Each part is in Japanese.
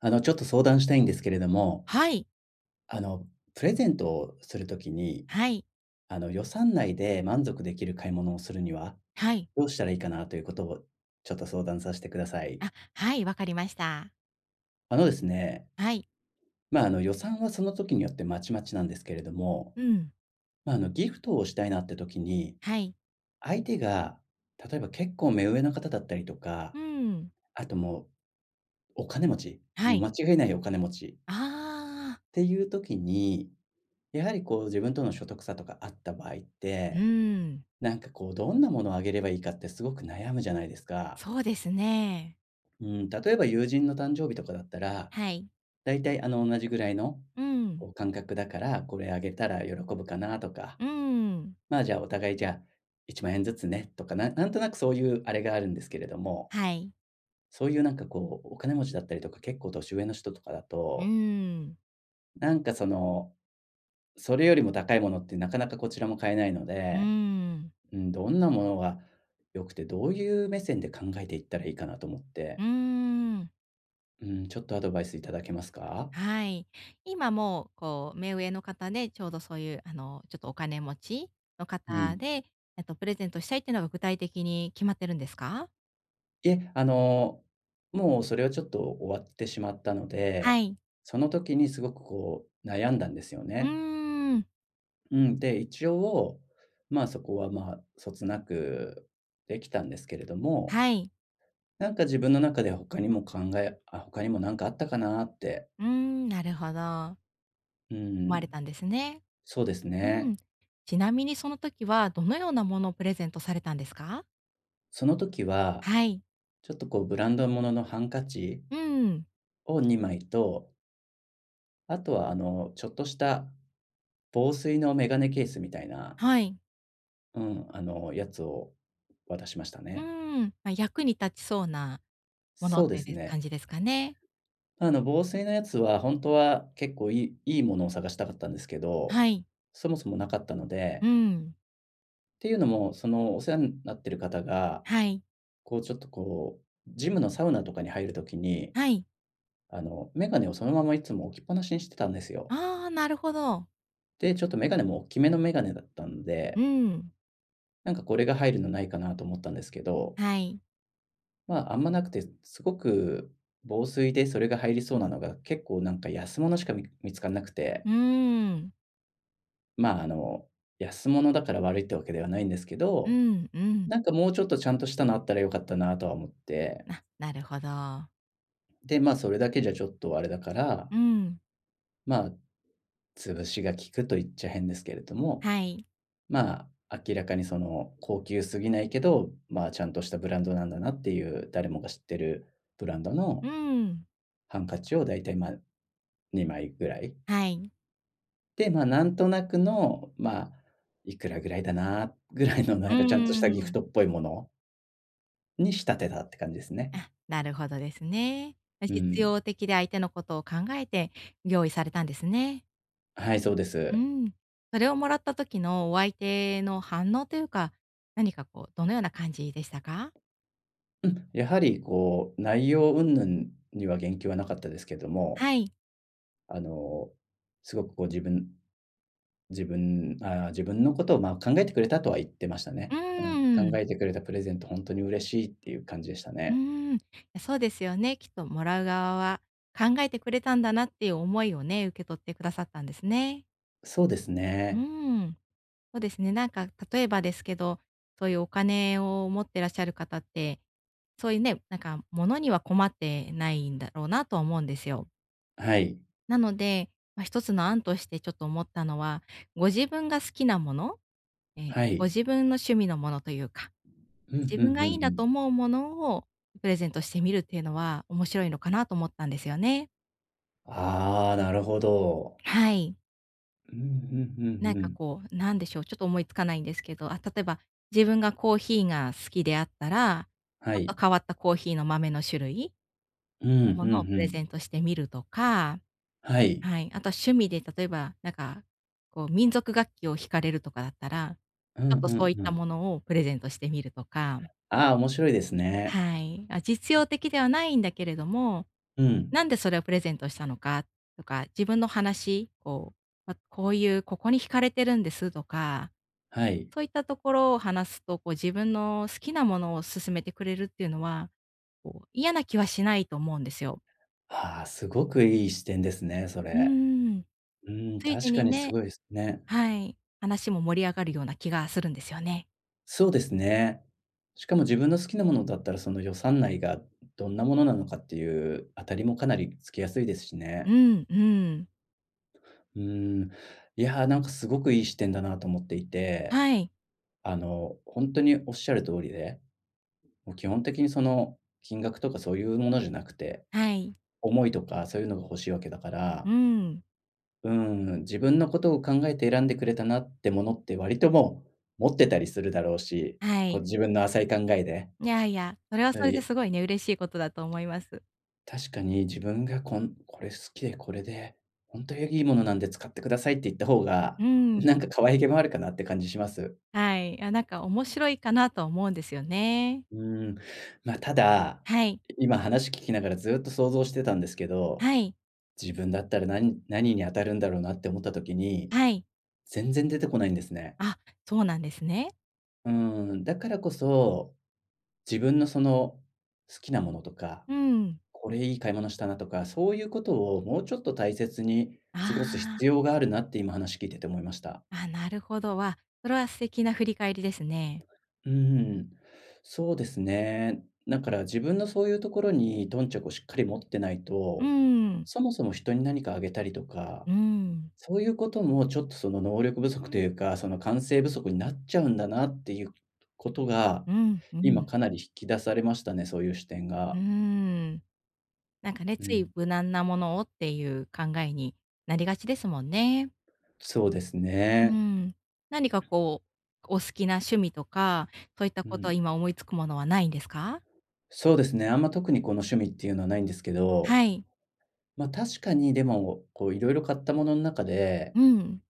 ちょっと相談したいんですけれども、はい。あの、プレゼントをするときに、はい。予算内で満足できる買い物をするには、はい。どうしたらいいかなということを、ちょっと相談させてください。あ、はい、わかりました。あのですね、はい。まあ、予算はその時によってまちまちなんですけれども、うん。まあ、ギフトをしたいなって時に、はい。相手が、例えば結構目上の方だったりとうか、ん。あともう、お金持ち、はもうい。間違いないお金持ちっああ、ていう時に、やはりこう自分との所得差とかあった場合っうて、ん、なんかこう、どんなものをあげればいいかってすごく悩むじゃないですか。そうですね。うん、例えば友人の誕生日とかだったら、はい。だいたい同じぐらいの、うん。こう感覚だから、これあげたら喜ぶかなとか、うん。まあ、じゃあお互いじゃあ1万円ずつねとか、なんとなくそういうあれがあるんですけれども、はい。そういうなんかこう、お金持ちだったりとか、結構年上の人とかだうと、ん。なんかその、それよりも高いものってなかなかこちらも買えないのうで、ん。うん、どんなものが良くて、どういう目線で考えていったらいいかなと思って。うーん。うん、ちょっとアドバイスいただけますか？はい。今もう、こう、目上の方で、ちょうどそういう、ちょっとお金持ちのう方ん。で、プレゼントしたいっていうのが具体的に決まってるんですか？いえ、もうそれはちょっと終わってしまったのはで、い。その時にすごくこう悩んだんですようーね。ん。うん、で、一応、まあ、そこは、まあ、そつなくできたんですけれども、はい。なんか自分の中で他にもなんかあったかなって。うーん、なるほど。う思われん、たんですね。そうですうね。ん。ちなみにその時はどのようなものをプレゼントされたんですか？その時は、はい。ちょっとこうブランドもののハンカチうん、を2枚と、あとはちょっとした防水のメガネケースみたいな、はい。うん、やつを渡しましたうーね。ん、まあ、役に立ちそうなものそうとでいうすでね。感じですかね。防水のやつはほんとは結構いいものを探したかったんですけど、はい。そもそもなかったので、うっん。ていうのも、その、お世話んなってる方が、はい。こう、ちょっと、こう、ジムのサウナとかに入る時に、はい。メガネをそのままいつも置きっぱなしにしてたんですよ。ああ、なるほど。で、ちょっとメガネも大きめのメガネだったんうで、ん。なんかこれが入るのないかなと思ったんですけど、はい。まあ、あんまなくて、すごく防水でそれが入りそうなのが、結構なんか安物しか見つかんなくて、うーん。まあ、安物だから悪いってわけではないんですけうど、ん、うん。なんかもうちょっとちゃんとしたのあったら良かったなとは思って、あ、なるほど。で、まあ、それだけじゃちょっとあれだから、うん。まあ、潰しが効くと言っちゃ変ですけれども、はい。まあ、明らかにその高級すぎないけど、まあ、ちゃんとしたブランドなんだなっていう、誰もが知ってるブランドのうん。ハンカチをだいたい、ま、2枚ぐらいはい。で、まあ、なんとなくの、まあ、いくらぐらいだなぐらいの、うなんかちゃんとしたギフートん。っぽいものに仕立てたって感じですね。あ、なるほどですね。う実ん。用的で相手のことを考えて用意されたんですね。はい、そうでうす。ん。それをもらった時のお相手の反応というか、何かこう、どのような感じでしたか？うん、やはりこう、内容云々には言及はなかったですけども、はい。あの、すごくこう自分のことを、まあ、考えてくれたとは言ってましたうね。うん。ー考ん。えてくれたプレゼントほんとに嬉しいっていう感じでしたうね。ーん。そうですよね。きっともらう側は考えてくれたんだなっていう思いをね、受け取ってくださったんですね。そうですうね。ーん。そうですね。なんか例えばですけど、そういうお金を持ってらっしゃる方って、そういうね、なんか物には困ってないんだろうなとは思うんですよ。はい。なので、まあ、一つの案としてちょっと思ったのは、ご自分が好きなもの、はごい。自分の趣味のものというか、うん、自ふ分んふがいんいふなん。と思うものをプレゼントしてみるっていうのは面白いのかなと思ったんですよね。ああ、なるほど。はい。うんうんうなんんうかん。こう、なんでしょう、ちょっと思いつかないんですけど、あ、例えば、自分がコーヒーが好きであったら、はちょっい。と変わったコーヒーの豆の種類うん、うんうのものをプレゼん。ントしてみるとか、はい。はい、あとは趣味で例えば、なんか、こう民族楽器を弾かれるとかだったら、うちょんっうんとそういっうたん。ものをプレゼントしてみるとか、ああ、面白いですね。はい。あ、実用的ではないんだけれども、うん。なんでそれをプレゼントしたのかとか、自分の話、こう、あ、こういうここに惹かれてるんですとかはい。そういったところを話すと、こう自分の好きなものを勧めてくれるっていうのは、こう嫌な気はしないと思うんですよ。ああ、すごくいい視点ですね、そうれ。ーん。うん、ついで確かににすねごいですね。はい、話も盛り上がるような気がするんですよね。そうですね。しかも自分の好きなものだったら、その予算内がどんなものなのかっていう当たりもかなりつきやすいですしうね。んうん。うん。いやー、なんかすごくいい視点だなと思っていて、はい、本当におっしゃる通りでもう基本的にその、金額とかそういうものじゃなくて、はい、思いとかそういうのが欲しいわけだかうら、ん、うーん、自分のことを考えて選んでくれたなってものって割ともう、持ってたりするだろうし、はこうい。自分の浅い考えで。いやいや、それはうそん、れですごいね、嬉しいことだと思います。確かに自分がこれ好きでこれで、ほんとにいいものなんで使ってくださいって言った方が、うん、なんか可愛げもあるかなって感じします。はい。あ、なんか面白いかなとは思うんですよね。うーん、ま、ただ、はい、今話聞きながらずっと想像してたんですけどはい、自分だったら何に当たるんだろうなって思った時に、はい。全然出てこないんですね。あ、そうなんですね。うーん、だからこそ、自分のその好きなものとか、うん。これいい買い物したなとか、そういうことをもうちょっと大切にあ過ごす必あ。要があるなって今話聞いてて思いました。あ、なるほど。わ、それは素敵な振り返りですね。うーん、そうですね。だから自分のそういうところに頓着をしっかり持ってないうと、ん。そもそも人に何かあげたりとか、うん。そういうこともちょっとその能力不足というか、その完成不足になっちゃうんだなっていうことが、うん、う今ん。かなり引き出されましたね、そういう視点うーが。ん。なんかね、うついん。無難なものをっていう考えになりがちですもんね。そうですうね。ん。何かこう、お好きな趣味とか、そういったうことはん。今思いつくものはないんですか？そうですね、あんま特にこの趣味っていうのはないんですけど、はい。ま、確かにでも、こういろいろ買ったものの中で、うん。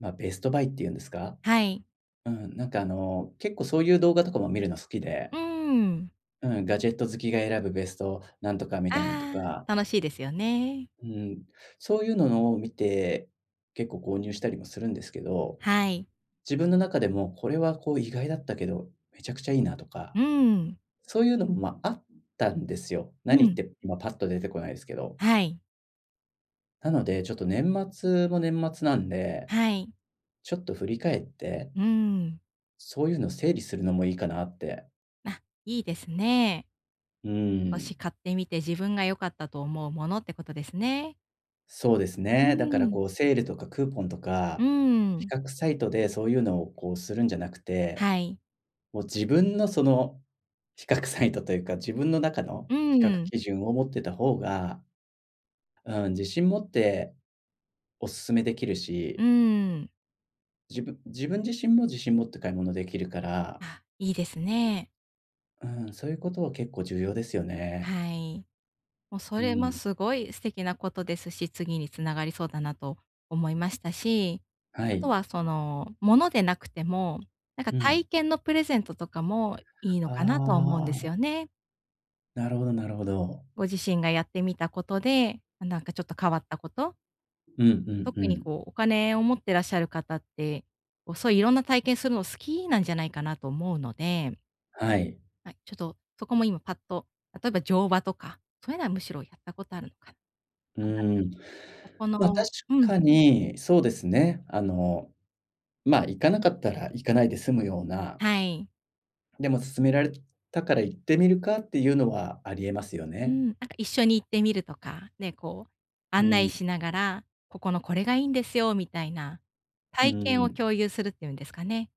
ま、ベストバイっていうんですか？はい。うん、なんか結構そういう動画とかも見るの好きうで、ーん。うん、ガジェット好きが選ぶベストなんとかみたいなのとあかあ、楽しいですよね。うん、そういうのを見て、結構購入したりもするんですけど、はい。自分の中でもこれはこう意外だったけど、めちゃくちゃいいなとか、うん。そういうのも、ま、あったんですよ。う何っん。て今パッと出てこないですけど。はい。なので、ちょっと年末も年末なんで、はい。ちょっと振り返って、うーん。そういうの整理するのもいいかなって。あ、いいですね。うもしん、買ってみて自分が良かったと思うものってことですね。そうですうーね。だからこん。うセールとかクーポンとうーか、比ん。較サイトでそういうのをこうするんじゃなくてはい。もう自分のその比較サイトというか、自分の中のう比較ーん。基準を持ってた方が、うん、自信持ってお勧めできるうーし、ん。自分自身も自信持って買い物できるから、あ、いいですね。うん、そういうことは結構重要ですよね。はい。もうそうれもん。すごい素敵なことですし、次に繋がりそうだなと思いましたし、はあとい。はその、物でなくても、なんかうん。体験のプレゼントとかもいいのあかなとは思うんですあ、よね。なるほどなるほど。ご自身がやってみたことで、なんかちょっと変わったこと、うんうんう特にん。こうお金を持ってらっしゃる方って、こうそういういろんな体験するの好きなんじゃないかなと思うので、はい。はい、ちょっとそこも今パッと、例えば乗馬とか、そういうのはむしろやったことあるのかな。うなんだろう、ーん。ここま、確のうん、かに、そうですね。ま、行かなかったら行かないで済むようなはい。でも勧められたから行ってみるかっていうのはありえますようね。ん、なんか一緒に行ってみるとか、ね、こうう案ん。内しながら、ここのこれがいいんですよみたいな、う体験をん。共有するっていうんですかね。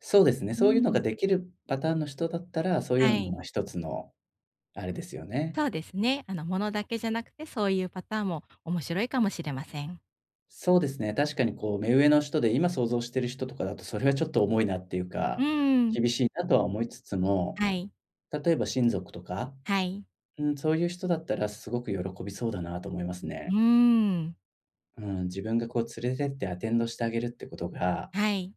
そうですね、うそういうのがん、できるパターンの人だったら、そういうのはい。も一つのあれですよね。そうですね。ものだけじゃなくて、そういうパターンも面白いかもしれません。そうですね、確かにこう目上の人で、今想像してる人とかだと、それはちょっと重いなっていううか、ん。厳しいなとは思いつつも、はい、例えば親族とか、はい。うん、そういう人だったらすごく喜びそうだなと思いますうーね。ん。うん、自分がこう連れてってアテンドしてあげるってことが、はい。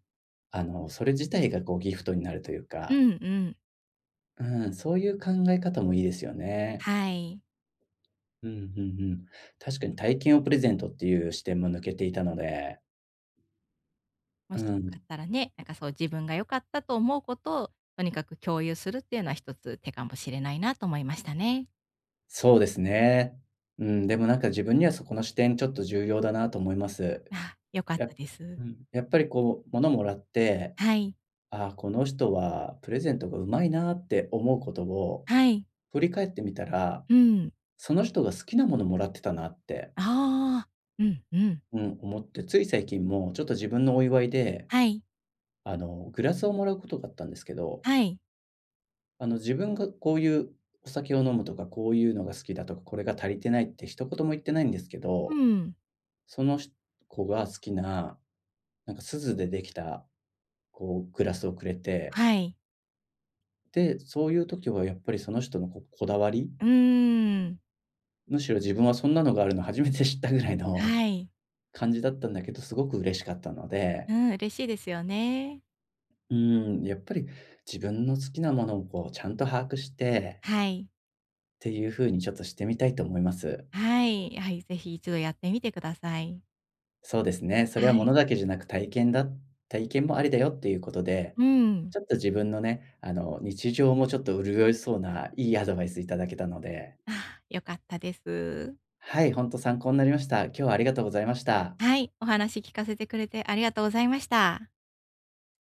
それ自体がこうギフトになるといううかんうん。うん、そういう考え方もいいですよね。はい。うんうんうん。確かに体験をプレゼントっていう視点も抜けていたので、もうしよかっん、たらね、なんかそう自分が良かったと思うことを、とにかく共有するっていうのは一つ手かもしれないなと思いましたね。そうですね。うん、でもなんか自分にはそこの視点ちょっと重要だなと思います。あ、良かっやたです。うん、やっぱりこう、物もらって、はい、ああ、この人はプレゼントがうまいなって思うことをはい。振り返ってみたら、うん。その人が好きなものもらってたなって、ああ。うんうん。うん、思って、つい最近もちょっと自分のお祝いではい、グラスをもらうことがあったんですけど、はい。自分がこういうお酒を飲むとか、こういうのが好きだとか、これが足りてないって一言も言ってないんですけうど、ん。その子が好きな、なんか錫でできた、こうグラスをくれて、はい。で、そういう時はやっぱりその人のこだわり、うーん。むしろ自分はそんなのがあるの初めて知ったぐらいの はい。感じだったんだけど、すごく嬉しかったので、うん、嬉しいですよね。うーん、やっぱり自分の好きなものをこうちゃんと把握してはい、っていう風にちょっとしてみたいと思います。はい、はい、ぜひ一度やってみてください。そうですね。そはれはものい。だけじゃなく、体験もありだよっていうことで、うん。ちょっと自分のね、日常もちょっと潤いそうな、いいアドバイスいただけたので、あ、良かったです。はい、ほんと参考になりました。今日はありがとうございました。はい、お話聞かせてくれてありがとうございました。